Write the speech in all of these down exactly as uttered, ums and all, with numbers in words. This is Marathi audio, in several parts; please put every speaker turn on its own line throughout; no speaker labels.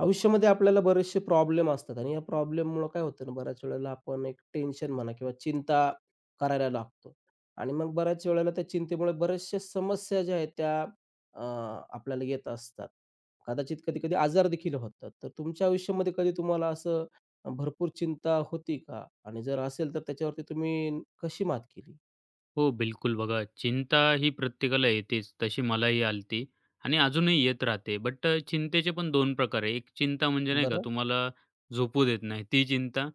आयुष्यामध्ये आपल्याला बरेचसे प्रॉब्लेम असतात आणि या प्रॉब्लेममुळं काय होतं ना, बऱ्याच वेळेला आपण एक टेन्शन म्हणा किंवा चिंता करायला लागतो आणि मग बऱ्याच वेळेला त्या चिंतेमुळे बऱ्याचशा समस्या ज्या आहेत त्या अ, आपल्याला येत असतात. कदाचित कधी-कधी आजार देखील होतात. तर तुमच्या आयुष्यामध्ये कधी तुम्हाला असं भरपूर चिंता होती का? आणि जर असेल तर त्याच्यावरती तुम्ही कशी मात केली?
हो, बिलकुल. बघा, चिंता ही प्रत्येकाला येतेच. तशी मलाही आलती आणि अजूनही येत राहते. बट चिंतेचे पण दोन प्रकार आहे. एक चिंता म्हणजे नाही का
बरं.
तुम्हाला झोपू देत नाही ती चिंता.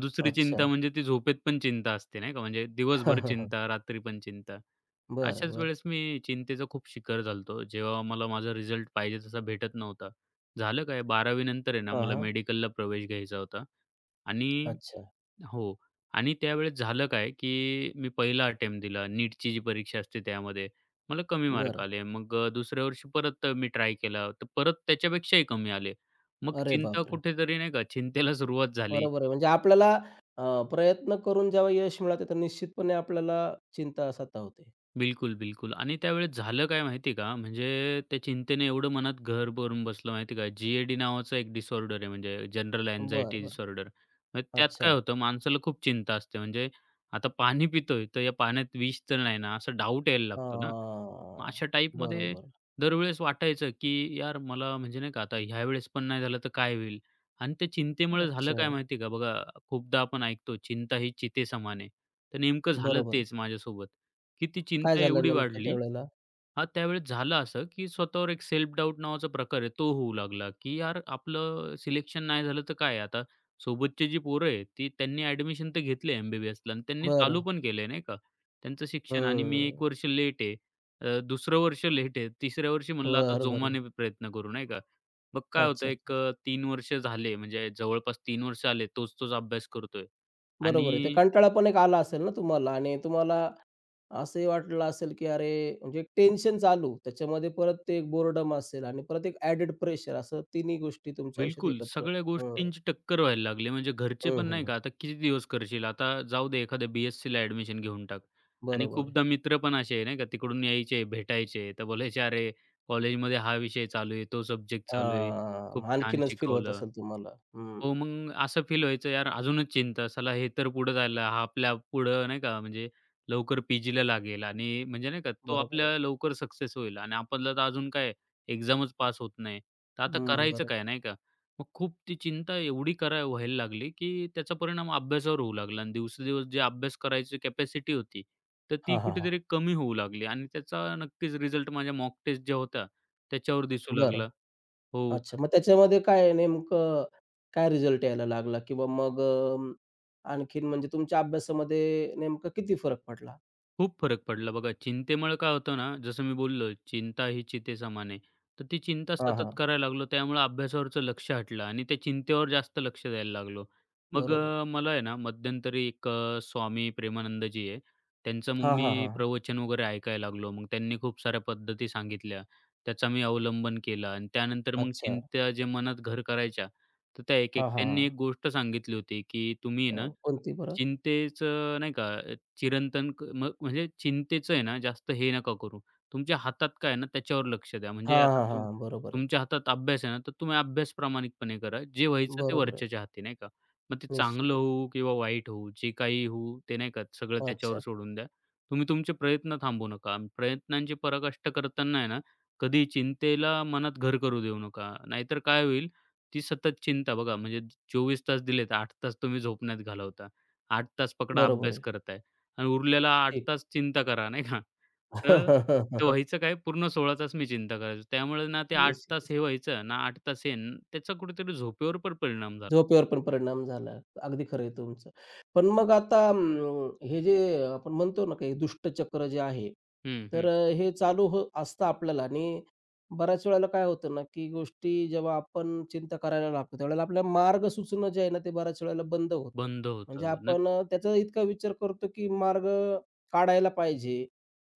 दुसरी
अच्छा.
चिंता म्हणजे ती झोपेत पण चिंता असते नाही का, म्हणजे दिवसभर चिंता, रात्री पण चिंता.
बरं,
अशाच
बरं.
वेळेस मी चिंतेचा खूप शिकार झालो जेव्हा मला माझा रिझल्ट पाहिजे तसा भेटत नव्हता. झालं काय बारावी नंतर आहे ना,
हां,
मला
हां.
मेडिकलला प्रवेश घ्यायचा होता आणि
अच्छा.
हो. आणि त्यावेळेस झालं काय, की मी पहिला अटेम्प्ट दिला. नीटची जी परीक्षा असते त्यामध्ये. मला कमी मार्क
बरं.
आले. मग अ, दुसऱ्या वर्षी परत मी ट्राय केला. तर परत त्याच्यापेक्षाही कमी आले. मग
अरे
चिंता
बापरे!
कुठेतरी नाही का, चिंतेला सुरुवात झाली.
बरोबर आहे. म्हणजे आपल्याला अ, प्रयत्न करून जेव्हा यश मिळते, तर निश्चितपणे आपल्याला चिंता सतावते.
बिलकुल, बिलकुल. आणि त्यावेळेस झालं काय माहिती का, म्हणजे त्या चिंतेने एवढं मनात घर भरून बसलं माहिती का, जी नावाचा एक डिसऑर्डर आहे म्हणजे जनरल
बरं,
अँक्झायटी
बरं.
डिसऑर्डर. त्यात काय
अच्छा.
होतं माणसाला खूप चिंता असते. म्हणजे आता पाणी पितोय, तर या पाण्यात विष तर नाही ना, असा डाऊट यायला लागतो ना. मग
हां.
अशा टाईपमध्ये
बरोबर.
दरवेळेस वाटायचं, की यार मला म्हणजे नाही का आता ह्यावेळेस पण नाही झालं तर काय होईल? आणि त्या चिंतेमुळे झालं
अच्छा.
काय माहिती आहे का? बघा खूपदा आपण ऐकतो, "चिंता ही चिते समाने तर नेमकं झालं
बरोबर आहे.
तेच माझ्यासोबत, की ती
काय
चिंता
झालं
एवढी
नेमकं
वाढली
त्यावेळेला?
हां, त्यावेळेस झालं असं, की स्वतःवर एक सेल्फ डाऊट नावाचा प्रकार आहे तो होऊ लागला, की यार आपलं सिलेक्शन नाही झालं तर काय आता? सोबतची जी पोरं आहेत ती त्यांनी ॲडमिशन तर घेतलंय एम आणि त्यांनी चालू
बरं.
पण केलंय नाही का त्यांचं शिक्षण आणि मी एक
हं.
वर्ष लेट आहे. अ, दुसरं वर्ष लेट आहे. तिसऱ्या वर्षी म्हणलं आता
बरोबर आहे.
जोमाने प्रयत्न करू, नाही का? मग
अच्छा,
काय होतं एक
अच्छा.
अ, तीन वर्ष झाले म्हणजे जवळपास तीन वर्ष आले तोच-तोच अभ्यास करतोय
बरोबर आहे. ते
आणि
कंटाळा पण एक आला असेल ना तुम्हाला आणि तुम्हाला असंही वाटलं असेल, की अरे म्हणजे एक टेन्शन चालू, त्याच्यामध्ये परत ते एक बोर्डम असेल आणि परत एक ॲडेड प्रेशर असं तिन्ही गोष्टी तुमच्या आयुष्यात
बिलकुल
एकत्र.
सगळ्या
हं.
गोष्टींची टक्कर व्हायला लागली. म्हणजे घरचे
हं,
पण
हं,
नाही का,
हं.
"आता किती दिवस करशील? आता जाऊ दे एखाद्या बी-एस-सीला घेऊन टाक." आणि
बरोबर आहे.
खूपदा मित्र पण असे आहे नाही का, तिकडून यायचे, भेटायचे तर बोलायचे, "अरे, कॉलेजमध्ये हा विषय चालू आहे, तो सब्जेक्ट चालू आहे. खूप
हां,
छान
आणखीनच फील होत
शिकवलं."
असेल तुम्हाला. हं,
हो, मग असं फील व्हायचं यार अजूनच चिंता, साला हे तर पुढे जायला, हा आपल्या पुढं नाही का म्हणजे लवकर पी-जीला लागेल आणि म्हणजे नाही का तो
बरोबर आहे.
आपल्या लवकर सक्सेस होईल आणि आपल्याला तर अजून काय एक्झामच पास होत नाही. तर आता
हं,
करायचं
बरोबर.
काय नाही का? मग खूप ती चिंता एवढी करा व्हायला लागली, की त्याचा परिणाम अभ्यासावर होऊ लागला आणि दिवसेदिवस जे अभ्यास करायची कॅपॅसिटी होती, तर ती
हां, हां, हां.
कुठेतरी कमी होऊ लागली आणि त्याचा नक्कीच रिझल्ट माझ्या मॉक टेस्ट ज्या होत्या त्याच्यावर दिसू
बरं.
लागला. हो.
अच्छा, मग त्याच्यामध्ये काय नेमकं काय रिझल्ट यायला लागला किंवा मग अ, आणखीन म्हणजे तुमच्या अभ्यासामध्ये नेमका किती फरक पडला?
खूप फरक पडला बघा. चिंतेमुळे काय होतं ना, जसं मी बोललो, चिंता ही चितेसमान आहे. तर ती चिंता
हां,
सतत
हां.
करायला लागलो. त्यामुळे अभ्यासावरचं लक्ष हटलं आणि त्या चिंतेवर जास्त लक्ष द्यायला लागलो. मग
बरोबर
अ, मला आहे ना, मध्यंतरी एक अ, स्वामी प्रेमानंदजी आहे. त्यांचं मग
हां, हां,
मी
हां.
प्रवचन वगैरे ऐकायला लागलो. मग त्यांनी खूप साऱ्या पद्धती सांगितल्या. त्याचा मी अवलंबन केला आणि त्यानंतर मग
अच्छा.
चिंता जे मनात घर करायच्या, तर त्या एक-एक
हां, हां,
त्यांनी
हां.
एक गोष्ट सांगितली होती, की तुम्ही
अ,
ना,
कोणती बरं?
चिंतेचं नाही का चिरंतन क मग म्हणजे चिंतेचं आहे ना, जास्त हे नका करू. तुमच्या हातात काय आहे ना, त्याच्यावर लक्ष द्या. म्हणजे
हां,
आता
हां,
तुम
हां. बरोबर आहे.
तुमच्या हातात अभ्यास आहे ना, तर तुम्ही अभ्यास प्रामाणिकपणे करा. जे व्हायचं ते
बरोबर आहे.
वरच्याच्या हाती, नाही का? मग ते चांगलं
निश्चितच.
होऊ किंवा वाईट होऊ, जे काही होऊ, ते नाही का सगळं त्याच्यावर
अच्छा.
सोडून द्या. तुम्ही तुमचे प्रयत्न थांबवू नका. आणि प्रयत्नांची पराकाष्ठा करताना आहे ना, कधी चिंतेला मनात घर करू देऊ नका. नाहीतर काय होईल, ती सतत चिंता बघा म्हणजे चोवीस तास दिलेत, आठ तास तुम्ही झोपण्यात घालवता. आठ तास पकडा
बरोबर
अभ्यास
आहे.
करताय. आणि उरलेला आठ
ठीक.
तास चिंता करा, नाही का? तर ते व्हायचं काय, पूर्ण सोळा तास मी चिंता करायचो. त्यामुळे ना ते आठ तास
निश्चितच.
हे व्हायचं ना आठ तास हे, न- त्याचा कुठेतरी झोपेवर पण परिणाम झाला.
झोपेवर पण परिणाम झाला. अगदी खरं आहे तुमचं. पण मग आता अं, हे जे आपण म्हणतो ना काही दुष्टचक्र जे आहे,
हं,
तर
हं.
अ, हे चालू हो असतं आपल्याला आणि बऱ्याच वेळेला काय होतं ना, की गोष्टी जेव्हा आपण चिंता करायला लागतो, त्यावेळेला आपल्याला मार्ग सुचणं जे आहे ना, ते बऱ्याच वेळेला बंद होतं.
बंद
म्हणजे
होतं. न
आपण अ, त्याचा इतका विचार करतो, की मार्ग काढायला पाहिजे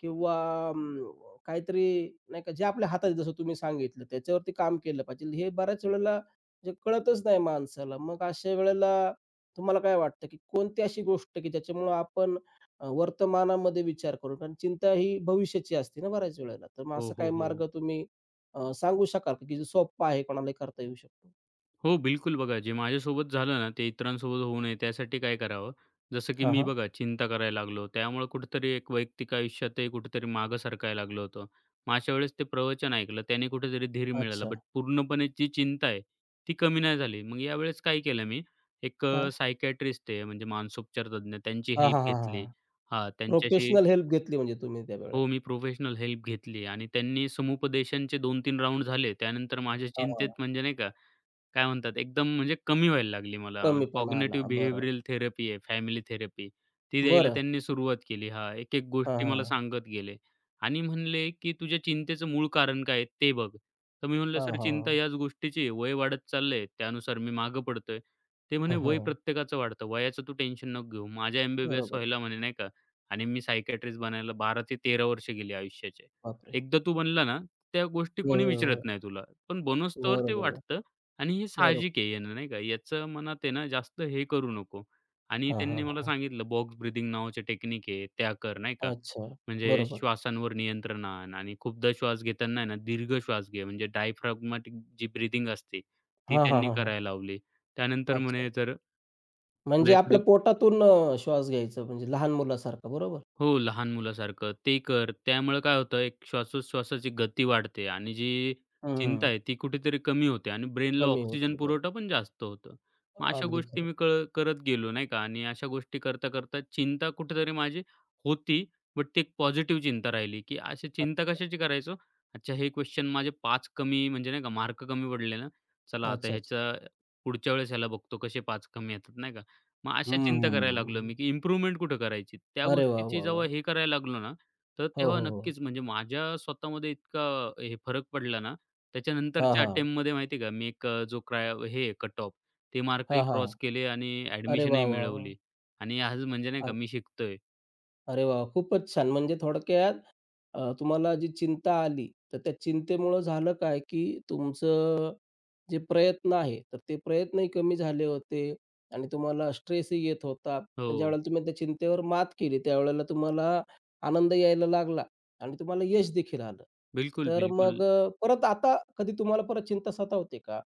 किंवा अं, काहीतरी नाही का, जे आपल्या हातात आहे, जसं तुम्ही सांगितलं, त्याच्यावरती काम केलं पाहिजे. हे बऱ्याच वेळेला म्हणजे कळतच नाही माणसाला. मग अशा वेळेला तुम्हाला काय वाटतं, की कोणती अशी गोष्ट, की ज्याच्यामुळं आपण अ, वर्तमानामध्ये विचार करू? कारण चिंता ही भविष्याची असते ना बऱ्याच वेळेला. तर मग
हो,
असा काही
हो,
मार्ग
हो.
तुम्ही अ, सांगू शकाल का, की जो सोप्पा आहे, कोणालाही करता येऊ शकतो?
हो, बिलकुल बघा, जे माझ्यासोबत झालं ना, ते इतरांसोबत होऊ नये त्यासाठी काय करावं? जसं की
हां,
मी
हां.
बघा चिंता करायला लागलो. त्यामुळे कुठेतरी एक वैयक्तिक आयुष्यातही कुठेतरी मागं सरकायला लागलो होतो. मग अशा वेळेस ते प्रवचन ऐकलं. त्याने कुठेतरी धीर मिळाला.
अच्छा.
बट पूर्णपणे जी चिंता आहे, ती कमी नाही झाली. मग यावेळेस काय केलं मी, एक अ,
काय?
सायकियाट्रिस्ट आहे म्हणजे मानसोपचार तज्ञ, त्यांची
हां, हां,
हेल्प
हां, हां,
घेतली.
हां.
हां, त्यांच्याशी
प्रोफेशनल हेल्प घेतली म्हणजे तुम्ही त्या वेळेला.
हो, मी प्रोफेशनल हेल्प घेतली आणि त्यांनी समुपदेशनचे दोन-तीन राउंड झाले. त्यानंतर माझ्या
हां,
चिंतेत
हां.
म्हणजे नाही का काय म्हणतात एकदम म्हणजे कमी व्हायला लागली मला.
कमीपणा आला.
कॉग्निटिव्ह
बरं.
बिहेवियरल थेरपी आहे, फॅमिली थेरपी. ती द्यायला
बरं.
त्यांनी सुरुवात केली. हा एक-एक
हां,
गोष्टी मला
हां.
सांगत गेले आणि म्हणले, की "तुझ्या चिंतेचं मूळ कारण काय आहे ते बघ." तर मी म्हणलं,
हां,
"सर
हां,
चिंता
हां.
याच गोष्टीची आहे. वय वाढत चाललंय, त्यानुसार मी मागं पडतोय." ते म्हणे,
हं,
"वय
हं.
प्रत्येकाचं वाढतं. वयाचं तू टेन्शन नको घेऊ." माझ्या एम
बरोबर आहे.
व्हायला म्हणे नाही का आणि मी सायकियाट्रिस्ट बनायला बारा ते तेरा वर्ष गेली आयुष्याचे.
बापरे!
एकदा तू बनला ना, त्या गोष्टी
हं,
कोणी
हं, हं.
विचारत नाही तुला. पण बनोस्तोवर ते
बरोबर आहे.
वाटतं. आणि हे
बरोबर.
साहजिक आहे येणं, नाही का. याचं मनात आहे ना जास्त हे करू नको आणि
हां,
त्यांनी
हां,
मला सांगितलं बॉक्स ब्रीथिंग नावाची टेक्निक आहे, त्या कर, नाही का.
अच्छा.
म्हणजे
बरोबर.
श्वासांवर नियंत्रण आण आणि खूपदा श्वास घेताना आहे ना दीर्घ श्वास घे, म्हणजे डायफ्रॅगमॅटिक जी ब्रीथिंग असते, ती
हां, हां,
त्यांनी
हां, हां.
करायला लावली. त्यानंतर
अच्छा.
म्हणे, "जर तुला
म्हणजे आपल्या
एखादी
पोटातून अ, श्वास घ्यायचा म्हणजे लहान मुलासारखा बरोबर?
हो, लहान मुलासारखं ते कर. त्यामुळे काय होतं एक श्वासोश्वासाची गती वाढते आणि जी चिंता
हं.
आहे ती कुठेतरी कमी होते आणि ब्रेनला
कमी
ऑक्सिजन
होते बरं.
पुरवठा पण जास्त होतं. मग अशा
अगदी
गोष्टी
खरं
मी क करत गेलो नाही का आणि अशा गोष्टी करता-करता चिंता कुठेतरी माझी होती, बट ती एक पॉझिटिव्ह चिंता राहिली, की अशी चिंता
अच्छा.
कशाची करायचो? अच्छा हे क्वेश्चन माझे पाच कमी म्हणजे नाही का मार्क कमी पडले ना, चला आता
अच्छा, अच्छा.
ह्याचा पुढच्या वेळेस ह्याला बघतो कसे पाच कमी येतात नाही का? मग
हं,
अशा
हं,
चिंता करायला लागलो
हं.
मी, की इम्प्रूव्हमेंट कुठं करायची? त्या
अरे वाह,
गोष्टीची
वाह,
जेव्हा
वाह!
हे करायला लागलो ना, तर
हो,
तेव्हा
हो, हो.
नक्कीच म्हणजे माझ्या स्वतःमध्ये इतका हे फरक पडला ना,
हां,
त्याच्यानंतरच्या
हां.
अटेम्प्टमध्ये माहिती आहे का, मी एक अ, जो क्राय हे कट ऑफ ते
हां,
मार्कही
हां.
क्रॉस केले आणि
अरे वाह,
ॲडमिशनही
वाह, वाह!
मिळवली आणि आज म्हणजे नाही का मी शिकतोय.
अरे वाह! खूपच छान. म्हणजे थोडक्यात अ, तुम्हाला जी चिंता आली, तर त्या चिंतेमुळं झालं काय, की तुमचं जे प्रयत्न आहे, तर ते प्रयत्नही कमी झाले होते आणि तुम्हाला स्ट्रेसही येत होता. पण
हो,
ज्यावेळेला तुम्ही त्या चिंतेवर मात केली, त्यावेळेला तुम्हाला आनंद यायला लागला आणि तुम्हाला यश देखील आलं.
बिलकुल,
तर
बिलकुल.
मग अ, परत आता कधी तुम्हाला परत चिंता सतावते का?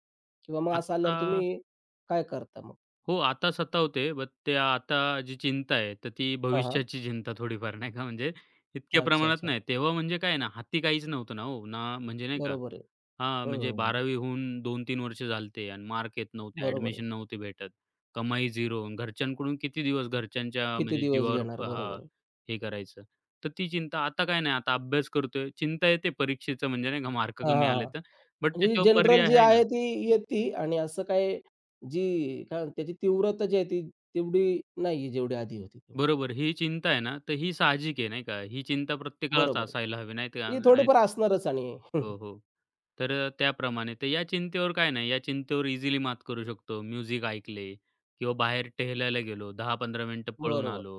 किंवा मग असं
आत्ता
आल्यावर तुम्ही काय करता मग?
हो, आता सतावते. बट ते आता जी चिंता आहे, तर ती
हां, हां.
भविष्याची चिंता थोडीफार नाही का म्हणजे इतक्या
अच्छा,
प्रमाणात
अच्छा.
नाही. तेव्हा म्हणजे काय ना, हाती काहीच नव्हतं ना हो. ना म्हणजे नाही का
बरोबर आहे.
हां,
हं,
म्हणजे
हं, हं.
बारावी होऊन दोन-तीन वर्ष झालते आणि मार्क येत नव्हते,
बरोबर आहे.
ॲडमिशन नव्हती भेटत. कमाई शून्य घरच्यांकडून किती दिवस घरच्यांच्या
किती
म्हणजे
दिवस
जीवावर
घेणार?
हां,
बरोबर.
हे करायचं. तर ती चिंता आता काय नाही, आता अभ्यास करतोय. चिंता येते परीक्षेचं म्हणजे नाही का मार्क
हां,
कमी
हां,
आले
हां.
तर, बट
म्हणजे
त्याच्यावर
जनरल
पर्याय
जी
आहे ना.
आहे ती येती आणि असं काय जी काय म्हणतात त्याची तीव्रता जी आहे ती तेवढी नाहीये जेवढी आधी होती तेवढी.
बरोबर. ही चिंता आहे ना, तर ही साहजिक आहे, नाही का? ही चिंता प्रत्येकालाच
बरोबर आहे.
असायला हवी, नाही का?
ही
नाही
थोडीफार असणारच आणि
हो, हो. तर अ, त्याप्रमाणे. तर या चिंतेवर काय नाही, या चिंतेवर इझिली मात करू शकतो. म्युझिक ऐकले किंवा बाहेर टहलायला गेलो, दहा पंधरा मिनिटं पळून
बरोबर.
आलो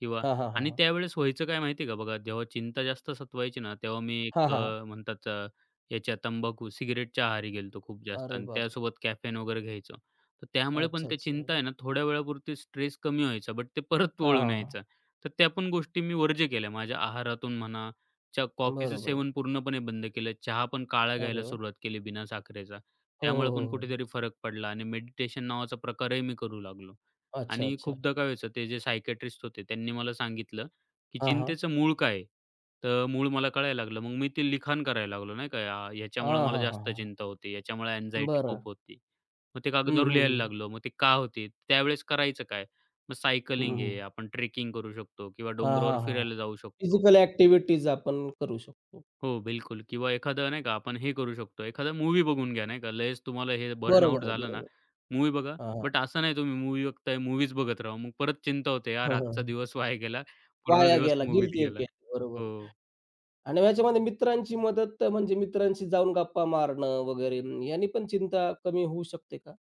किंवा
हां, हां, हां,
आणि
हां.
त्यावेळेस व्हायचं काय माहिती आहे का बघा, जेव्हा चिंता जास्त सतवायची ना, तेव्हा मी
हां,
एक
हां, हां.
अ, म्हणतात अ, याच्या तंबाखू, सिगारेटच्या आहारी गेलो खूप जास्त
अरे
आणि
बापरे!
त्यासोबत कॅफेन वगैरे घ्यायचो. तर त्यामुळे पण
अच्छा,
ते
अच्छा.
चिंता आहे ना, थोड्या वेळापुरती स्ट्रेस कमी व्हायचा, बट ते परत
हां, हां,
वळून
हां.
यायचा. तर त्या पण गोष्टी मी वर्ज्य केल्या. माझ्या आहारातून म्हणा च्या कॉफीचं
बरोबर आहे.
सेवन पूर्णपणे बंद केलं. चहा पण काळा
अरे
घ्यायला
वाह!
सुरुवात केली बिना साखरेचा.
हो, हो,
त्यामुळे
हो,
पण
हो.
कुठेतरी फरक पडला आणि मेडिटेशन नावाचा प्रकारही मी करू लागलो.
अच्छा,
आणि
अच्छा.
खूपदा काय व्हायचं ते जे सायकियाट्रिस्ट होते त्यांनी मला सांगितलं, की
हां, हां.
चिंतेचं मूळ काय आहे? तर मूळ मला कळायला लागलं. मग मी ते लिखाण करायला लागलो नाही का, "आ,
हां,
ह्याच्यामुळं मला
हां, हां,
जास्त
हां.
चिंता होते, याच्यामुळे अँक्झायटी खूप
बरं.
होती." मग ते
हं,
कागदावर
हं,
लिहायला
हं.
लागलो. मग ते का होते? त्यावेळेस करायचं काय? मग
हं,
सायकलिंग
हं.
आहे, आपण ट्रेकिंग करू शकतो किंवा
हां,
डोंगरावर
हां, हां.
फिरायला जाऊ शकतो.
फिजिकल ॲक्टिव्हिटीज आपण करू शकतो.
हो, बिलकुल किंवा एखादं नाही का आपण हे करू शकतो, एखादा मूवी बघून घ्या नाही का. लयच तुम्हाला हे
बरोबर
बर्नआउट
आहे,
झालं ना,
बरोबर.
मूवी बघा.
हां.
बट असं नाही तुम्ही मूवी बघताय, मूव्हीच बघत राहा. मग परत चिंता होते, "यार
हं, हं.
आजचा दिवस वाया गेला, पूर्ण
वाया
दिवस
गेला,
मूव्हीत
गिल्टी एक
गेला."
आहे.
हो.
बरोबर आणि ह्याच्यामध्ये मित्रांची मदत म्हणजे मित्रांशी जाऊन गप्पा मारणं वगैरे याने पण चिंता कमी होऊ शकते का?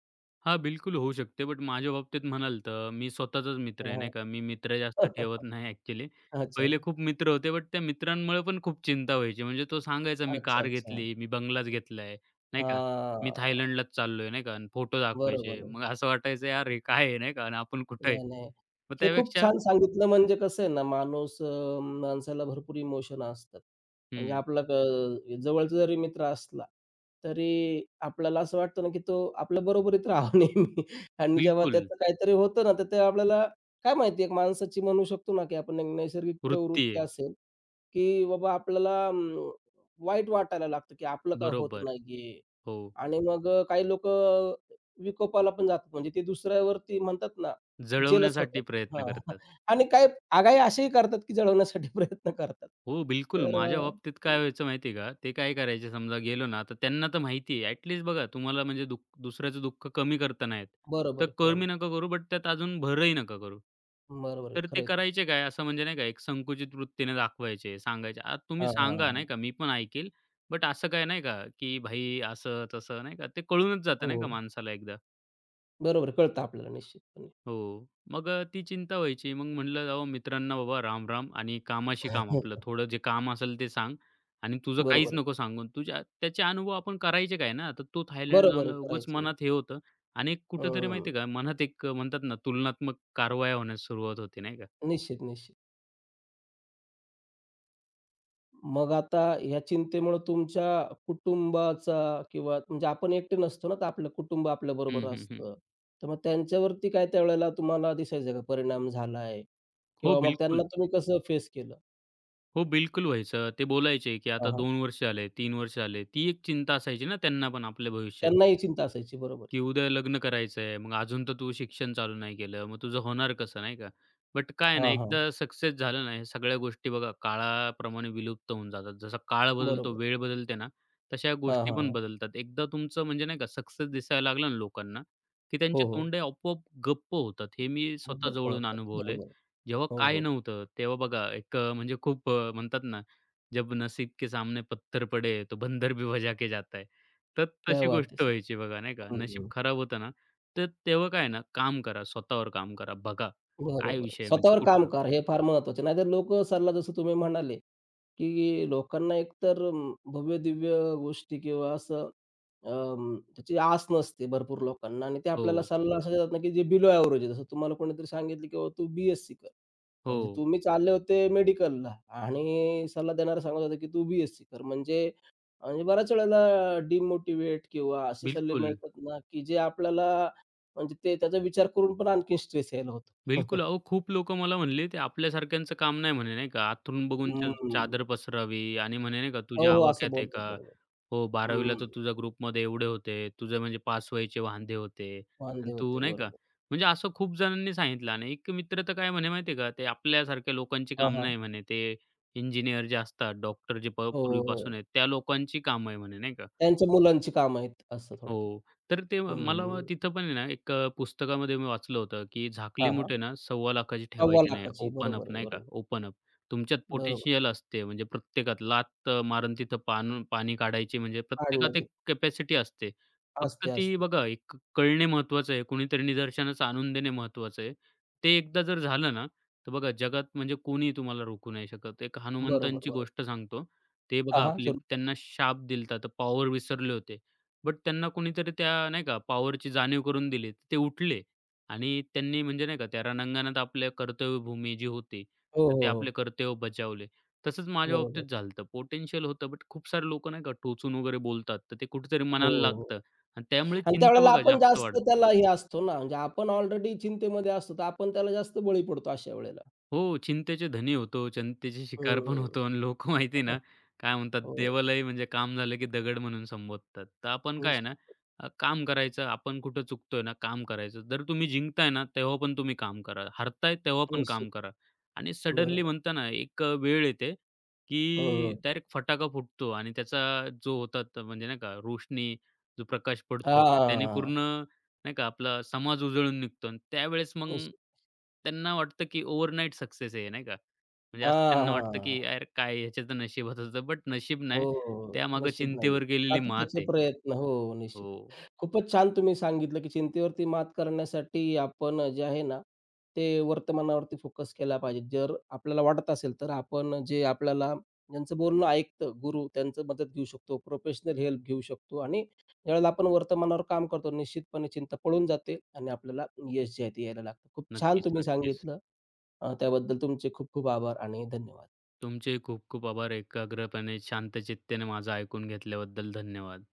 हां, बिलकुल होऊ शकते. बट माझ्या बाबतीत म्हणाल तर मी स्वतःचाच मित्र आहे, नाही
हां,
का. मी मित्र
हां.
जास्त ठेवत नाही ॲक्चुअली.
अच्छा.
पहिले खूप मित्र होते, बट त्या मित्रांमुळे पण खूप चिंता व्हायची. म्हणजे तो सांगायचा, "मी
अच्छा,
कार
अच्छा.
घेतली, मी बंगलाच घेतलाय," नाही का. "मी
हां.
थायलंडलाच चाललोय," नाही का. आणि फोटो दाखवायचे.
बरोबर
मग असं वाटायचं, "यार हे काय आहे?" नाही का. आणि आपण कुठे आहे?
नाही, नाही.
मग
हे खूप
त्यापेक्षा
छान सांगितलं म्हणजे कसं आहे ना, माणूस अ, माणसाला भरपूर इमोशन असतात. म्हणजे
हं,
आपला अ, जवळचा जरी मित्र असला, तरी आपल्याला असं वाटतं ना, की तो आपल्या बरोबरीत राहावा नेहमी आणि जेव्हा
बिलकुल.
त्याचं काहीतरी होतं ना, तर ते आपल्याला काय माहिती एक माणसाची म्हणू शकतो ना, की आपण एक नैसर्गिक
वृत्ती
प्रवृत्ती
आहे.
असेल की बाबा आपल्याला अं, वाईट वाटायला लागतं, की आपलं का होत
बरोबर.
नाहीये.
हो.
आणि मग अ, काही लोकं विकोपाला पण जातात. म्हणजे ते दुसऱ्यावरती म्हणतात ना, की जेलस होतात.
जळवण्यासाठी प्रयत्न
हां.
करतात.
आणि काही आगाऊ असेही करतात, की जळवण्यासाठी प्रयत्न करतात.
हो, बिलकुल.
तर
माझ्या
अ,
बाबतीत काय व्हायचं माहिती आहे का? ते काय करायचे समजा गेलो ना, तर त्यांना तर माहिती आहे. ॲटलीस्ट बघा तुम्हाला म्हणजे दुःख दुसऱ्याचं दुःख कमी करता नाही येत.
बरोबर
तर
आहे. कळलं.
कमी नका करू, बट त्यात अजून भरही नका करू.
बरोबर आहे.
तर
खरं
ते
आहे तुमचं.
करायचे काय असं म्हणजे नाही का एक संकुचित वृत्तीने दाखवायचे, सांगायचे, "आ, तुम्ही
हां, हां,
सांगा
हां.
नाही का मी पण ऐकेल." बट असं काय नाही का, की भाई असं तसं नाही का, ते कळूनच जातं
हो.
नाही का माणसाला एकदा.
बरोबर आहे. कळतं आपल्याला निश्चितपणे.
हो. मग अ, ती चिंता व्हायची. मग म्हटलं जावं मित्रांना बाबा राम-राम आणि कामाशी काम आपलं. थोडं जे काम असेल ते सांग आणि तुझं
बरोबर
काहीच
आहे.
नको सांगून. तुझ्या त्याचे अनुभव आपण करायचे काय ना? तर तो थायलंड
बरोबर
जाऊन
आहे.
उगच
करायचं.
मनात हे होतं आणि कुठेतरी
हं,
माहिती का मनात एक अ, म्हणतात ना तुलनात्मक कारवाया होण्यास सुरुवात होते नाही का?
निश्चित, निश्चित. मग आता ह्या चिंतेमुळं तुमच्या कुटुंबाचा किंवा म्हणजे आपण एकटे नसतो ना, तर आपलं कुटुंब आपल्याबरोबर
हं, हं, हं.
असतं. तर मग त्यांच्यावरती काय त्यावेळेला तुम्हाला दिसायचं का परिणाम झालाय?
हो,
किंवा मग त्यांना
बिलकुल.
तुम्ही कसं फेस केलं?
हो, बिलकुल व्हायचं. ते बोलायचे की
हां,
आता
हां.
दोन वर्ष आले, तीन वर्ष आले. ती एक चिंता असायची ना त्यांना पण आपल्या
त्यांना
भविष्याची.
चिंता असायची बरोबर
की उद्या लग्न करायचंय. मग अजून तर तू शिक्षण चालू नाही केलं. मग तुझं होणार कसं, नाही का? बट काय ना,
हां, हां. आहे.
एकदा सक्सेस झालं ना, ह्या सगळ्या गोष्टी बघा काळाप्रमाणे विलुप्त होऊन जातात. जसा काळ बदलतो,
बरोबर.
वेळ बदलते ना, तशा
हां,
गोष्टी
हां,
पण
हां.
बदलतात. एकदा तुमचं म्हणजे नाही का सक्सेस दिसायला लागलं ना लोकांना, की
हो,
त्यांचे
हो.
तोंडे आपोआप गप्प होतात. हे मी स्वतः
गप्पा
जवळून
होतात.
अनुभवलंय.
बरोबर
जेव्हा
हो,
काय
हो.
नव्हतं, तेव्हा बघा एक अ, म्हणजे खूप अ, म्हणतात ना, "जब नसीब के सामने पत्थर पडे, तो बंदर भी बजा के जाता है." तर
क्या
तशी
बात है
गोष्ट
सर!
व्हायची बघा नाही का, नशीब खराब होतं ना, तर तेव्हा काय ना, काम करा, स्वतःवर काम करा, बघा काय
बरोबर आहे.
विषय आहे म्हणजे
स्वतःवर काम
कुठं?
करा हे फार महत्वाचं आहे. नाहीतर लोकं सल्ला जसं तुम्ही म्हणाले, की लोकांना एकतर अं, भव्य-दिव्य गोष्टी किंवा असं अं, त्याची आस नसते भरपूर लोकांना आणि ते
हो,
आपल्याला सल्ला असा देतात ना, की जे बिलो एव्हरेज आहे. जसं तुम्हाला कोणीतरी सांगितलं, की बाबा तू बी कर. म्हणजे
हो,
तुम्ही चालले होते मेडिकलला आणि सल्ला देणारा सांगत होता, की तू बी कर. म्हणजे म्हणजे बऱ्याच वेळेला डिमोटिव्हेट किंवा असे सल्ले
बिलकुल.
मिळतात ना, की जे आपल्याला म्हणजे ते त्याचा विचार करून पण आणखीन स्ट्रेस यायला होतो.
बिलकुल. अहो, खूप लोकं मला म्हणले, "ते आपल्यासारख्यांचं काम नाही" म्हणे, नाही का. "आतून बघून च
हं.
चादर पसरावी" आणि म्हणे, नाही का,
हो,
"तुझ्या
हो. असं
आवाक्यात आहे
बोलतात
का?
बरोबर.
हो, बारावीला तर
हं.
तुझ्या ग्रुपमध्ये एवढे होते. तुझे म्हणजे पास व्हायचे वांधे होते
वांदे
आणि तू"
होते.
नाही का.
बरोबर.
म्हणजे असं खूप जणांनी सांगितलं आणि एक मित्र तर काय म्हणे माहिती का, "ते आपल्यासारख्या लोकांची
हां,
काम
हां.
नाही" म्हणे. "ते इंजिनिअर जे असतात, डॉक्टर जे प
हो, हो, हो.
पूर्वीपासून आहेत, त्या लोकांची कामं आहे" म्हणे, नाही का.
त्यांच्या मुलांची कामं आहेत असं थोडक्यात.
हो. तर ते
हं,
मला मग
हं.
तिथं पण आहे ना, एक अ, पुस्तकामध्ये मी वाचलं होतं, की झाकली
हां, हां.
मुठे ना सव्वा दोन लाखाची
सव्वा
ठेवायची नाही.
लाखाची
ओपन
बरोबर
अप
आहे.
नाही का,
बरोबर.
Open up. तुमच्यात
बरोबर.
पोटेन्शियल असते. म्हणजे प्रत्येकात लात अ, मारून तिथं पान पाणी काढायची म्हणजे प्रत्येकात
पाडण्याची
एक कॅपॅसिटी असते. फक्त
असते,
ती
असते.
बघा एक कळणे महत्त्वाचं आहे. कुणीतरी निदर्शनास आणून देणे महत्त्वाचं आहे. ते एकदा जर झालं ना, तर बघा जगात म्हणजे कोणीही तुम्हाला रोखू नाही शकत. एक
बरोबर,
हनुमंतांची
बरोबर.
गोष्ट सांगतो. ते
हां,
बघा
हां.
आपली
जरूर.
त्यांना शाप दिला तर पॉवर विसरले होते. बट त्यांना कोणीतरी त्या नाही का पॉवरची जाणीव करून दिली. ते उठले आणि त्यांनी म्हणजे नाही का त्या रणांगणात आपल्या कर्तव्यभूमी जी होती,
हो,
तर ते
हो,
आपले
हो.
कर्तव्य बजावले. तसंच माझ्या बाबतीत
बरोबर.
झालं होतं. पोटेन्शियल होतं, बट खूप सारे लोकं नाही का टोचून वगैरे बोलतात, तर ते कुठेतरी
हो,
मनाला
हो, हो.
लागतं आणि त्यामुळे
आणि
चिंता
त्यावेळेला
बघा
आपण
जास्त
जास्त
वाढते.
त्याला हे असतो ना, म्हणजे आपण ऑलरेडी चिंतेमध्ये असतो, तर आपण त्याला जास्त बळी पडतो अशा वेळेला.
हो, चिंतेचे धनी होतो, चिंतेची शिकार पण
हं.
होतो आणि लोकं माहिती आहे ना, काय म्हणतात,
हो.
देवालाही म्हणजे काम झालं की दगड म्हणून संबोधतात. तर आपण काय आहे ना,
निश्चित,
अ, काम करायचं. आपण कुठं चुकतोय ना, काम करायचं. जर तुम्ही जिंकताय ना, तेव्हा पण तुम्ही काम करा. हरताय, तेव्हा पण
निश्चित.
काम करा. आणि सडनली
बरोबर.
म्हणता ना, एक अ, वेळ येते
हं,
की
हं.
डायरेक्ट फटाका फुटतो आणि त्याचा जो होतात म्हणजे नाही का रोशनी, जो प्रकाश पडतो, तर त्याने पूर्ण नाही का आपला समाज उजळून निघतो आणि त्यावेळेस मग त्यांना वाटतं, की ओव्हरनाईट सक्सेस आहे, नाही का. म्हणजे असं
हां,
त्यांना
हां,
वाटतं, की
हां.
यार काय ह्याच्या तर नशिबात होतं. बट नशीब
हो,
नाही,
हो.
त्यामागे
नशीब नाहीये.
चिंतेवर गेलेली मात
सातत्याचे
आहे.
प्रयत्न हो, हो. निश्चित.
हो,
खूपच छान तुम्ही सांगितलं, की चिंतेवरती मात करण्यासाठी आपण जे आहे ना, ते वर्तमानावरती फोकस केला पाहिजे. जर आपल्याला वाटत असेल, तर आपण जे आपल्याला ज्यांचं बोलणं ऐकतं, गुरु त्यांचं मदत घेऊ शकतो, प्रोफेशनल हेल्प घेऊ शकतो आणि ज्यावेळेला आपण वर्तमानावर काम करतो, निश्चितपणे चिंता पळून जाते आणि आपल्याला यश जे आहे ते यायला लागतं. खूप छान
नक्कीच,
तुम्ही
नक्कीच.
सांगितलं. अ, त्याबद्दल तुमचे खूप खूप आभार आणि धन्यवाद.
तुमचे खूप खूप आभार. एकाग्रपणे शांतचित्तेने माझं ऐकून घेतल्याबद्दल धन्यवाद.